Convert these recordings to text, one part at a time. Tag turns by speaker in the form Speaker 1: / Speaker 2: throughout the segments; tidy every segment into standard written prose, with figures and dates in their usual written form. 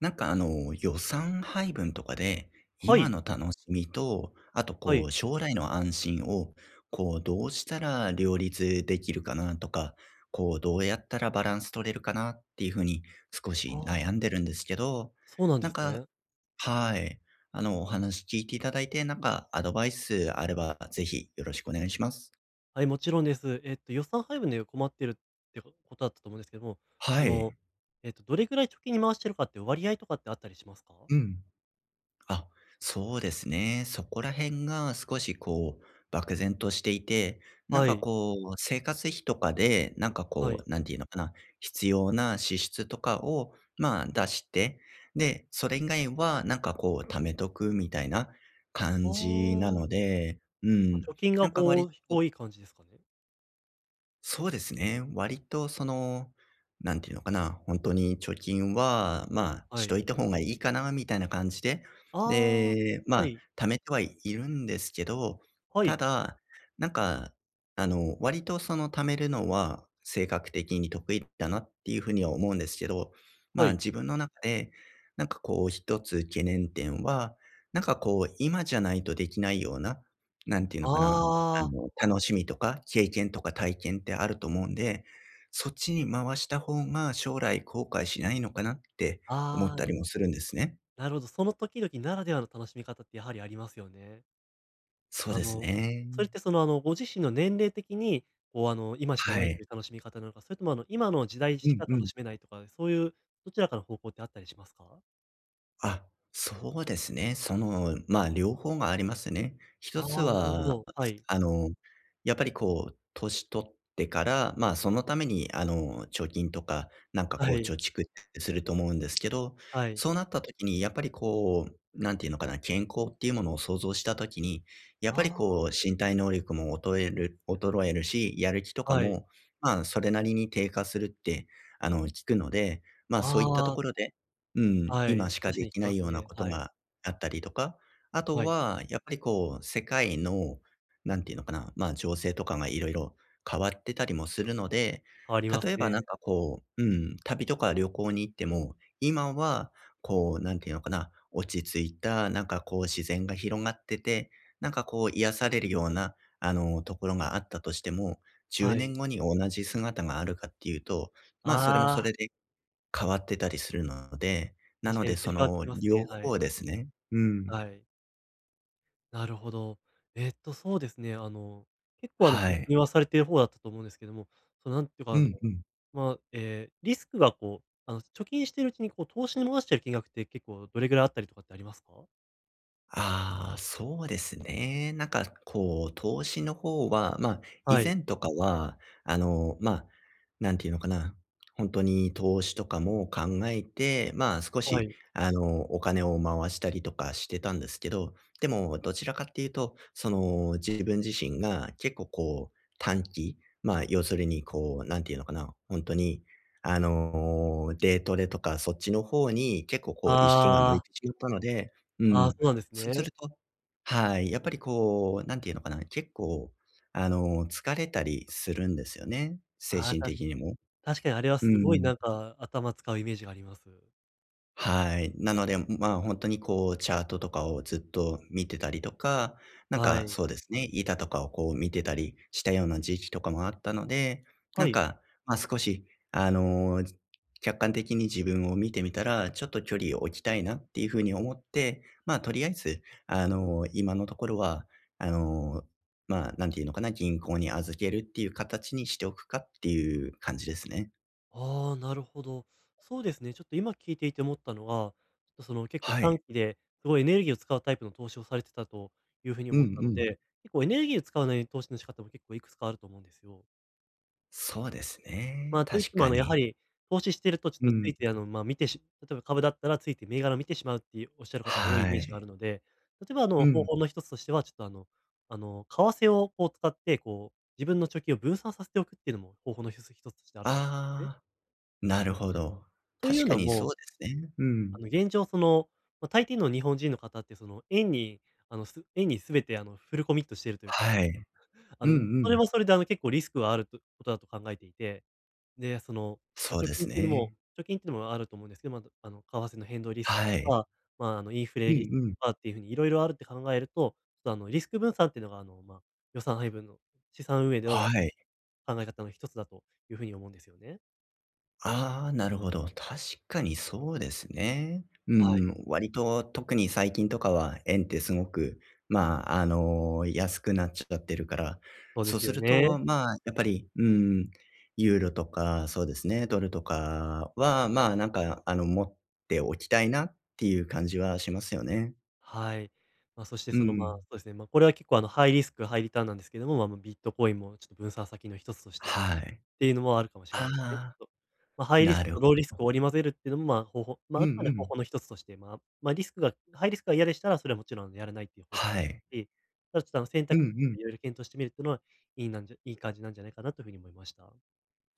Speaker 1: なんか予算配分とかで、
Speaker 2: は
Speaker 1: 今
Speaker 2: い、
Speaker 1: の楽しみと、あと
Speaker 2: はい。
Speaker 1: 将来の安心を、どうしたら両立できるかなとか、どうやったらバランス取れるかなっていうふうに少
Speaker 2: あ
Speaker 1: し悩ん
Speaker 2: あ、
Speaker 1: でるんですけど、
Speaker 2: そうなん
Speaker 1: な
Speaker 2: で
Speaker 1: ん
Speaker 2: す
Speaker 1: か、
Speaker 2: ね。
Speaker 1: はい。お話聞いていただいて、なんかアドバイスあれば、ぜひよろしくお願いします。
Speaker 2: はい、もちろんです。予算配分で困ってるってこことだったと思うんですけども、そ
Speaker 1: は
Speaker 2: の、
Speaker 1: い。
Speaker 2: どれぐらい貯金に回してるかって割合とかってあったりしますか？
Speaker 1: うん。あ、そうですね。そこら辺が少し漠然としていて、
Speaker 2: はい、
Speaker 1: 生活費とかで、
Speaker 2: はい。
Speaker 1: なんていうのかな、必要な支出とかを、まあ出して、で、それ以外は、貯めとくみたいな
Speaker 2: あ
Speaker 1: 感じな
Speaker 2: あ、
Speaker 1: ので、う
Speaker 2: 結構
Speaker 1: ん。
Speaker 2: 貯金
Speaker 1: な
Speaker 2: が
Speaker 1: んか割と
Speaker 2: 多い感じですかね？
Speaker 1: そうですね。割とその、なんていうのかな、本当に貯金は、まあ、
Speaker 2: は
Speaker 1: しと
Speaker 2: い。
Speaker 1: いた方がいいかなみたいな感じで、
Speaker 2: ああ、
Speaker 1: で、ま
Speaker 2: は
Speaker 1: あ、
Speaker 2: い、
Speaker 1: 貯めてはいるんですけど、
Speaker 2: は
Speaker 1: た
Speaker 2: い、
Speaker 1: だ、なんか、割とその貯めるのは性格的に得意だなっていうふうには思うんですけど、
Speaker 2: は
Speaker 1: まあ、
Speaker 2: い。
Speaker 1: 自分の中で、一つ懸念点は、今じゃないとできないような、なんていうのかな
Speaker 2: ああ、
Speaker 1: あ楽しみとか経験とか体験ってあると思うんで、そっちに回した方が将来後悔しないのかなって思っ
Speaker 2: あ
Speaker 1: た
Speaker 2: あ、
Speaker 1: りもするんですね。
Speaker 2: なるほど。その時々ならではの楽しみ方ってやはりありますよね。
Speaker 1: そう
Speaker 2: あ
Speaker 1: です
Speaker 2: の、それっ
Speaker 1: ね。
Speaker 2: てご自身の年齢的に、今しか
Speaker 1: は
Speaker 2: ない
Speaker 1: い。
Speaker 2: という楽しみ方なのか、それとも、今の時代
Speaker 1: う
Speaker 2: し
Speaker 1: ん
Speaker 2: か
Speaker 1: う
Speaker 2: 楽
Speaker 1: ん。
Speaker 2: しめないとか、そういうどちらかの方向ってあったりしますか？
Speaker 1: あ、そうですね。その、まあ、両方がありますね。一
Speaker 2: ああ
Speaker 1: つ
Speaker 2: ー、なるほ
Speaker 1: は、
Speaker 2: ど。はい。
Speaker 1: あの、やっぱり年取ってから、まあ、そのために、貯金とか、
Speaker 2: はい。
Speaker 1: 貯蓄ってすると思うんですけど、
Speaker 2: はい。
Speaker 1: そうなった時に、やっぱりなんていうのかな、健康っていうものを想像した時に、やっぱり
Speaker 2: あ
Speaker 1: 身体能力も衰えるし、やる気と
Speaker 2: あ、
Speaker 1: か
Speaker 2: はい。
Speaker 1: も、まあ、それなりに低下するって、聞くので、まあ、そういったと
Speaker 2: ああ、
Speaker 1: ころで、うん、
Speaker 2: は
Speaker 1: 今
Speaker 2: い。
Speaker 1: しか
Speaker 2: 確か
Speaker 1: で
Speaker 2: に聞
Speaker 1: き
Speaker 2: き
Speaker 1: な
Speaker 2: ま
Speaker 1: い
Speaker 2: す
Speaker 1: ような
Speaker 2: ね。
Speaker 1: こと
Speaker 2: はい。
Speaker 1: があったりとか、あと
Speaker 2: はい。
Speaker 1: はやっぱり世界の、なんていうのかな、まあ、情勢とかがいろいろ変わってたりもするので、
Speaker 2: 変わります
Speaker 1: 例えば
Speaker 2: ね。
Speaker 1: うん、旅とか旅行に行っても、今はなんていうのかな、落ち着いた、自然が広がってて、癒されるような、ところがあったとしても、10
Speaker 2: は
Speaker 1: 年
Speaker 2: い。
Speaker 1: 後に同じ姿があるかっていうと、まあ、それもそれ
Speaker 2: ああ、
Speaker 1: で変わってたりするので、な
Speaker 2: 確
Speaker 1: の
Speaker 2: かに
Speaker 1: で
Speaker 2: 移
Speaker 1: そ
Speaker 2: り変わって
Speaker 1: の
Speaker 2: きます
Speaker 1: 両
Speaker 2: ね。はい。
Speaker 1: 方ですね。うん。
Speaker 2: はい。なるほど。そうですね、結構
Speaker 1: は
Speaker 2: 貯
Speaker 1: い。
Speaker 2: 金はされている方だったと思うんですけども、なんていうか、
Speaker 1: うんうん。
Speaker 2: まあ、リスクが貯金しているうちに投資に回してる金額って結構どれぐらいあったりとかってありますか？
Speaker 1: ああ、そうですね。投資の方は、まあ、以
Speaker 2: はい、
Speaker 1: 前とかは、まあ、なんていうのかな、本当に投資とかも考えて、まあ、少
Speaker 2: は
Speaker 1: し、
Speaker 2: い。
Speaker 1: お金を回したりとかしてたんですけど、でもどちらかっていうと、その、自分自身が結構短期、まあ、要するになんていうのかな、本当に、デイトレとかそっちの方に結構意識が向い
Speaker 2: ああ、
Speaker 1: てしまったので、う
Speaker 2: あー
Speaker 1: ん。
Speaker 2: そうなんです
Speaker 1: そうする
Speaker 2: ね。
Speaker 1: と、はい、やっぱりなんていうのかな、結構、疲れたりするんですよね、精
Speaker 2: あー
Speaker 1: 神
Speaker 2: た
Speaker 1: 的にも。
Speaker 2: 確かにあれは
Speaker 1: う
Speaker 2: すごい
Speaker 1: ん。
Speaker 2: なんか頭使うイメージがあります。
Speaker 1: はい。なので、まあ、本当にチャートとかをずっと見てたりとか、なん
Speaker 2: は
Speaker 1: か
Speaker 2: い。
Speaker 1: そうですね、板とかをこう見てたりしたような時期とかもあったので、な
Speaker 2: は
Speaker 1: ん
Speaker 2: い。
Speaker 1: か、ま、少しあの、客観的に自分を見てみたら、ちょっと距離を置きたいなっていう風に思って、まあ、とりあえず今のところはあの、まあ、んていうのかな、銀行に預けるっていう形にしておくかっていう感じですね。
Speaker 2: ああ、なるほど。そうですね、ちょっと今聞いていて思ったのは、ちょっと結構
Speaker 1: はい。
Speaker 2: 短期ですごいエネルギーを使うタイプの投資をされてたというふうに
Speaker 1: うん
Speaker 2: 思った
Speaker 1: う
Speaker 2: の
Speaker 1: ん。
Speaker 2: で、結構エネルギーを使わない投資の仕方も結構いくつかあると思うんですよ。
Speaker 1: そうです
Speaker 2: ま
Speaker 1: ね、
Speaker 2: あといっ
Speaker 1: 確
Speaker 2: ても
Speaker 1: か
Speaker 2: やは
Speaker 1: に。
Speaker 2: り投資してるとちょ
Speaker 1: う
Speaker 2: っとつ
Speaker 1: ん。
Speaker 2: いてあのまあ見てし例えば株だったらついて銘柄を見てしまうっていうおっしゃる方が多いイ
Speaker 1: は
Speaker 2: メージがあ
Speaker 1: い。
Speaker 2: るので、例えば
Speaker 1: う
Speaker 2: 方
Speaker 1: ん。
Speaker 2: 法の一つとしては、ちょっと為替を使ってこう自分の貯金を分散させておくっていうのも方法の一つ一つとしてあると思うんですね。
Speaker 1: ああ、なるほど。
Speaker 2: とい
Speaker 1: 確
Speaker 2: う
Speaker 1: か
Speaker 2: の
Speaker 1: にそう
Speaker 2: も、
Speaker 1: ですね。うん。
Speaker 2: 現状まあ、大抵の日本人の方って円に円に全てフルコミットしているというか、
Speaker 1: はい。うんう
Speaker 2: それ
Speaker 1: ん。
Speaker 2: はそれで結構リスクがあるとことだと考えていて、で、まあ、
Speaker 1: そうですね。
Speaker 2: 貯金っていうのもあると思うんですけど、まあ、為替の変動リスク
Speaker 1: は
Speaker 2: と
Speaker 1: い。
Speaker 2: か、まあ、インフ
Speaker 1: う
Speaker 2: レリスク
Speaker 1: んうん。
Speaker 2: とかっていう風にいろいろあるって考えると、ちょっとリスク分散っていうのがまあ、予算配分の資産運営での
Speaker 1: はい。
Speaker 2: 考え方の一つだという風に思うんですよね。
Speaker 1: ああ、なるほど。確かにそうですね。う
Speaker 2: はい、
Speaker 1: ん、割と特に最近とかは円ってすごく、まあ、安くなっちゃってるから、
Speaker 2: そうで
Speaker 1: そう
Speaker 2: す
Speaker 1: す
Speaker 2: よ
Speaker 1: ると、
Speaker 2: ね。
Speaker 1: まあ、やっぱり、うん、ユーロとか、そうですね、ドルとかは、まあ、なんか、持っておきたいなっていう感じはしますよね。
Speaker 2: はい。まあ、そして
Speaker 1: う
Speaker 2: まあ
Speaker 1: ん。
Speaker 2: そうですね、まあ、これは結構ハイリスク、ハイリターンなんですけども、まあ、ビットコインもちょっと分散先の一つとしてっ
Speaker 1: はい。
Speaker 2: ていうのもあるかもしれ
Speaker 1: あ
Speaker 2: ないですね、ち
Speaker 1: あ、
Speaker 2: ょっと。まあ、ハイリス
Speaker 1: な
Speaker 2: ク
Speaker 1: る
Speaker 2: と
Speaker 1: ほ
Speaker 2: ローリスク
Speaker 1: ど。
Speaker 2: を織り交ぜるっていうのも、まあ、
Speaker 1: う
Speaker 2: まあ、
Speaker 1: んう
Speaker 2: あくまで方
Speaker 1: ん。
Speaker 2: 法の一つとして、まあまあ、リスクがハイリスクが嫌でしたら、それはもちろんやらないっていう方法もあ
Speaker 1: は
Speaker 2: る
Speaker 1: い。
Speaker 2: し、ただちょっと選
Speaker 1: うん
Speaker 2: 択肢
Speaker 1: う
Speaker 2: をいろ
Speaker 1: ん。
Speaker 2: いろ検討してみるっていうのは、いい感じなんじゃないかなというふうに思いました。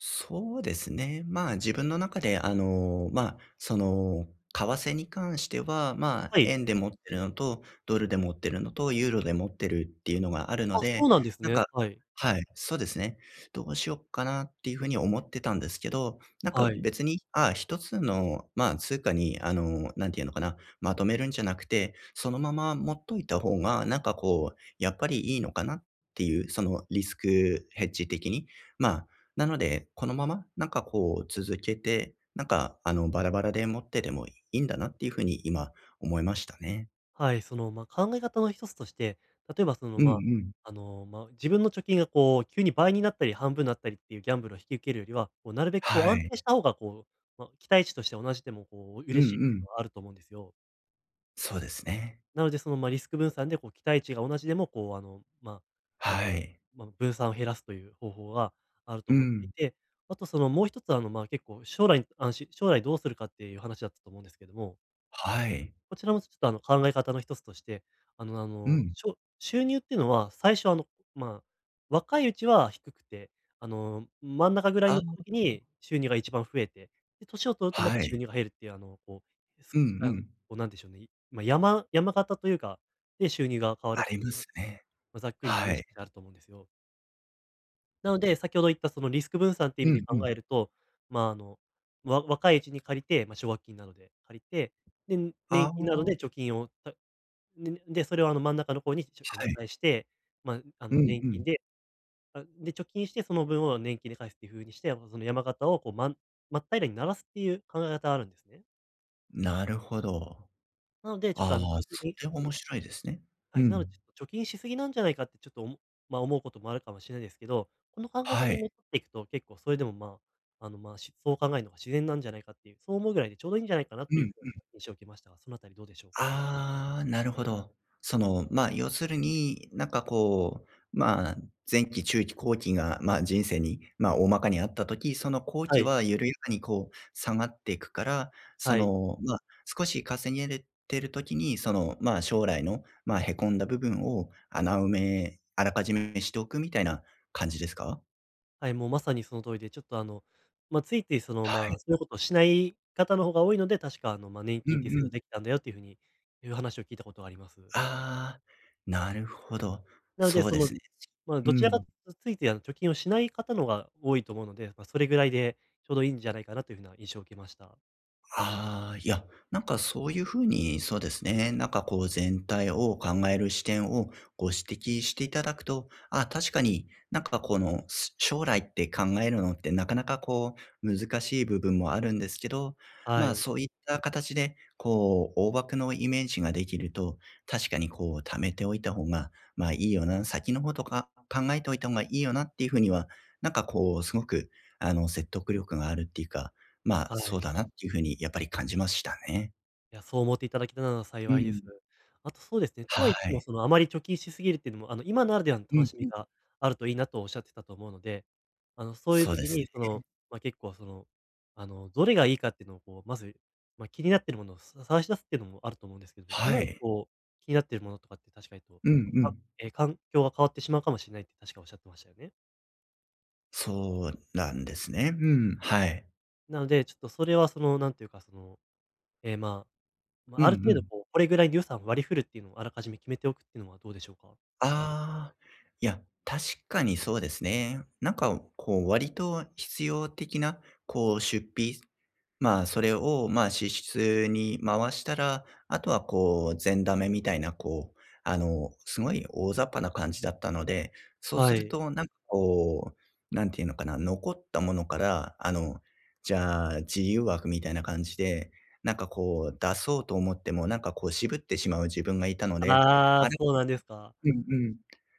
Speaker 1: そうですね。まあ自分の中で、まあ、その、為替に関しては、まあ、
Speaker 2: はい。
Speaker 1: 円で持ってるのと、ドルで持ってるのと、ユーロで持ってるっていうのがあるの
Speaker 2: あ、そ
Speaker 1: で、
Speaker 2: うなんです
Speaker 1: なん
Speaker 2: ね。
Speaker 1: か、
Speaker 2: はい。
Speaker 1: はい、そうですね。どうしようかなっていうふうに思ってたんですけど、なん
Speaker 2: は
Speaker 1: か
Speaker 2: い。
Speaker 1: 別に、ああ、一つの、まあ、通貨に、なんていうのかな、まとめるんじゃなくて、そのまま持っといた方が、やっぱりいいのかなっていう、そのリスクヘッジ的に、まあ、なので、このまま、続けて、なんかあのバラバラで持ってでもいいんだなっていうふうに今思いましたね。
Speaker 2: はい、まあ、考え方の一つとして、例えば
Speaker 1: うん
Speaker 2: まあ、
Speaker 1: うん。
Speaker 2: あの、まあ、自分の貯金がこう急に倍になったり半分になったりっていうギャンブルを引き受けるよりは、こうなるべくこう
Speaker 1: は
Speaker 2: 安
Speaker 1: い。
Speaker 2: 定した方がまあ、期待値として同じでもこう
Speaker 1: うんう
Speaker 2: 嬉しいっていう
Speaker 1: ん。
Speaker 2: のはあると思うんですよ。
Speaker 1: そうですね。
Speaker 2: なのでまあ、リスク分散でこう期待値が同じでもあ、あの、
Speaker 1: はい。
Speaker 2: まあ、分散を減らすという方法があると
Speaker 1: う
Speaker 2: 思ってい
Speaker 1: ん。
Speaker 2: て、あともう一つまあ、結構将来に将来どうするかっていう話だったと思うんですけども
Speaker 1: はい。
Speaker 2: こちらもちょっと考え方の一つとして、
Speaker 1: うん。
Speaker 2: 収入っていうのは、最初まあ、若いうちは低くて、真ん中ぐらい
Speaker 1: あ
Speaker 2: の
Speaker 1: あ、
Speaker 2: 時に収入が一番増えて、で、年を取るとまた
Speaker 1: は
Speaker 2: 収
Speaker 1: い。
Speaker 2: 入が減るっていう、あの、こう、す
Speaker 1: うんう
Speaker 2: あの、こ
Speaker 1: ん。
Speaker 2: うなんでしょうね、まあ、山形というか、で、収入が変わ
Speaker 1: あ
Speaker 2: るっ
Speaker 1: り
Speaker 2: てい
Speaker 1: ます
Speaker 2: う、
Speaker 1: ね。
Speaker 2: まあ、ざっくりのイ
Speaker 1: は
Speaker 2: メー
Speaker 1: い。
Speaker 2: ジとしてあると思うんですよ。なので、先ほど言ったそのリスク分散っていう
Speaker 1: う
Speaker 2: 意味で
Speaker 1: んうん。
Speaker 2: 考えると、まあ、若いうちに借りて、まあ、奨学金などで借りて、で、
Speaker 1: あ
Speaker 2: 年
Speaker 1: あ、
Speaker 2: 金など
Speaker 1: は
Speaker 2: で貯金をたでで、それを真ん中の方に、しょあの返
Speaker 1: い。
Speaker 2: して、まあ、
Speaker 1: うん
Speaker 2: 年
Speaker 1: うん。
Speaker 2: 金で、あ、で、貯金してその分を年金で返すっていう風にして、その山形をこう、真っ平らにならすっていう考え方あるんですね。
Speaker 1: なるほど。
Speaker 2: なので、ちょっと
Speaker 1: あ
Speaker 2: あの
Speaker 1: あ、
Speaker 2: 貯金
Speaker 1: それ面白いですね。
Speaker 2: は
Speaker 1: う
Speaker 2: い、なので
Speaker 1: ん。
Speaker 2: ちょっと貯金しすぎなんじゃないかってちょっとおもまあ、思うこともあるかもしれないですけど、この考え方
Speaker 1: はい。
Speaker 2: にのっとっていくと、結構それでもまあ、そう考えるのが自然なんじゃないかっていう、そう思うぐらいでちょうどいいんじゃないかな
Speaker 1: う
Speaker 2: という風な
Speaker 1: ん。
Speaker 2: 印象を受けましたが、そのあたりどうでしょうか？
Speaker 1: ああ、なるほど。その、まあ、要するに、まあ、前期、中期、後期が、まあ、人生に、まあ、大まかにあったとき、その後
Speaker 2: は
Speaker 1: 期
Speaker 2: い、
Speaker 1: は緩やかにこう下がっていくから、そ
Speaker 2: はい。
Speaker 1: の、まあ、少し稼げれてるときに、その、まあ、将来の、まあ、へこんだ部分を穴埋めあらかじめしておくみたいな感じですか？
Speaker 2: はい、もうまさにその通りで、ちょっとまあ、ついつい
Speaker 1: は
Speaker 2: ま
Speaker 1: い。
Speaker 2: あ、そういうことをしない方の方が多いので、確かまあ、年
Speaker 1: うん
Speaker 2: 金っていう制
Speaker 1: う
Speaker 2: 度
Speaker 1: ん。
Speaker 2: できたんだよっていうふうに、いう話を聞いたことがあります。
Speaker 1: ああ、なるほど。
Speaker 2: なので、
Speaker 1: そうですね。
Speaker 2: まあ、
Speaker 1: う
Speaker 2: どちらか
Speaker 1: ん、
Speaker 2: とついつい貯金をしない方の方が多いと思うので、まあ、それぐらいでちょうどいいんじゃないかなというふうな印象を受けました。
Speaker 1: ああ、いや、なんかそういうふうに、そうですね、全体を考える視点をご指摘していただくと、あ、確かになんかこのす将来って考えるのってなかなかこう難しい部分もあるんですけど、
Speaker 2: は
Speaker 1: まあ
Speaker 2: い、
Speaker 1: そういった形でこう大枠のイメージができると、確かにこう貯めておいた方がまあいいよな、先のことか考えておいた方がいいよなっていうふうには、すごく説得力があるっていうか、まあ、
Speaker 2: は
Speaker 1: そう
Speaker 2: い。
Speaker 1: だなっていう風にやっぱり感じましたね。
Speaker 2: いや、そう思っていただけたなら
Speaker 1: う
Speaker 2: 幸いで
Speaker 1: ん。
Speaker 2: す。あとそうですね、とは
Speaker 1: は
Speaker 2: 言っても、
Speaker 1: い。
Speaker 2: あまり貯金しすぎるっていうのも、今ならではの
Speaker 1: う
Speaker 2: 楽
Speaker 1: ん
Speaker 2: しみ
Speaker 1: うん。
Speaker 2: があるといいなとおっしゃってたと思うので、そういう
Speaker 1: そうで
Speaker 2: 時
Speaker 1: す
Speaker 2: に、
Speaker 1: ね。
Speaker 2: まあ、結構、どれがいいかっていうのを、まず、まあ、気になってるものを探し出すっていうのもあると思うんですけども、
Speaker 1: は
Speaker 2: 今、
Speaker 1: い。
Speaker 2: 気になってるものとかって確かにと、
Speaker 1: うんうん。
Speaker 2: 環境が変わってしまうかもしれないって確かおっしゃってましたよね。
Speaker 1: そうなんですね。うん、はい。
Speaker 2: なので、ちょっとそれは、なんていうか、まあ、ま
Speaker 1: うん
Speaker 2: あ、
Speaker 1: う
Speaker 2: ある程度、
Speaker 1: ん。
Speaker 2: これぐらいの予算を割り振るっていうのをあらかじめ決めておくっていうのはどうでしょうか？
Speaker 1: ああ、いや、確かにそうですね。なんか、こう、割と必要的な、こう、出費、まあ、それを、まあ、支出に回したら、あとは、こう、善ダメみたいな、こう、すごい大雑把な感じだったので、そうす
Speaker 2: は
Speaker 1: る
Speaker 2: い。
Speaker 1: と、なんか、こう、なんていうのかな、残ったものから、じゃあ、自由枠みたいな感じで、出そうと思っても、渋ってしまう自分がいたので、
Speaker 2: あ
Speaker 1: あ
Speaker 2: あ、
Speaker 1: れ
Speaker 2: そうなんですか。
Speaker 1: うんうん。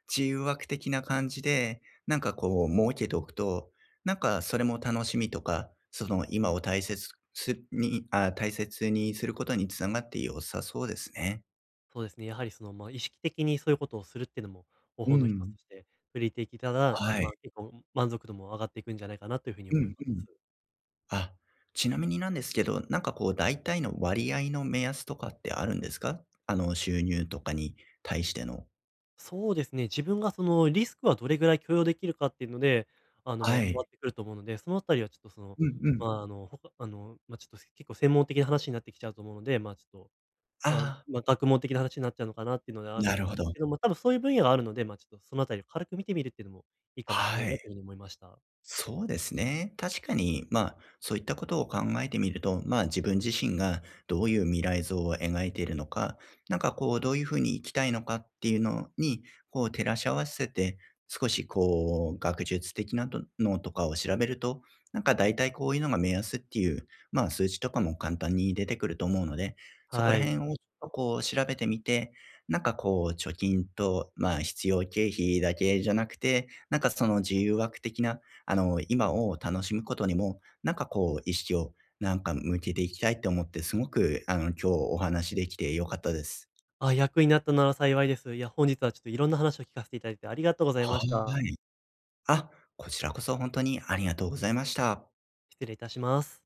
Speaker 1: 自由枠的な感じで、設けておくと、なんかそれも楽しみとか、その今を大切にすることにつながって良さそうですね。
Speaker 2: そうですね、やはりまあ、意識的にそういうことをするっていうのも方
Speaker 1: う
Speaker 2: 法の一つ
Speaker 1: ん。
Speaker 2: として取り入れていたら、
Speaker 1: はい。
Speaker 2: まあ、結構満足度も上がっていくんじゃないかなというふうに
Speaker 1: う
Speaker 2: 思い
Speaker 1: ん
Speaker 2: ま
Speaker 1: うん。
Speaker 2: す。
Speaker 1: あ、ちなみになんですけど、大体の割合の目安とかってあるんですか？あの収入とかに対しての。
Speaker 2: そうですね、自分がそのリスクはどれぐらい許容できるかっていうので、ま
Speaker 1: は
Speaker 2: あ、変わ
Speaker 1: い。
Speaker 2: ってくると思うので、そのあたりはちょっと
Speaker 1: うんうん。
Speaker 2: まあ、ほかまあ、ちょっと結構専門的な話になってきちゃうと思うので、まあ、ちょっと
Speaker 1: あ
Speaker 2: まあ、
Speaker 1: あ、
Speaker 2: まあ、学問的な話になっちゃうのかなっていうのである
Speaker 1: な
Speaker 2: ので
Speaker 1: るほ
Speaker 2: す
Speaker 1: ど。
Speaker 2: けどまあ多分そういう分野があるので、まあ、ちょっとそのあたりを軽く見てみるっていうのもいいかもしれな
Speaker 1: は
Speaker 2: いな
Speaker 1: い。
Speaker 2: というふうに思いました。
Speaker 1: そうですね。確かに、まあ、そういったことを考えてみると、まあ、自分自身がどういう未来像を描いているのか、どういうふうに生きたいのかっていうのに、こう、照らし合わせて、少しこう、学術的なとのとかを調べると、なんか大体こういうのが目安っていう、まあ、数値とかも簡単に出てくると思うので、そこ
Speaker 2: は
Speaker 1: ら辺
Speaker 2: い。
Speaker 1: をちょっとこう、調べてみて、貯金と、まあ、必要経費だけじゃなくて、なんかその自由枠的な今を楽しむことにも、意識を向けていきたいって思って、すごく今日お話できて良かったです。
Speaker 2: あ、役になったなら幸いです。いや、本日はちょっといろんな話を聞かせていただいてありがとうございまし
Speaker 1: は
Speaker 2: た。
Speaker 1: い。あ、こちらこそ本当にありがとうございました。
Speaker 2: 失礼いたします。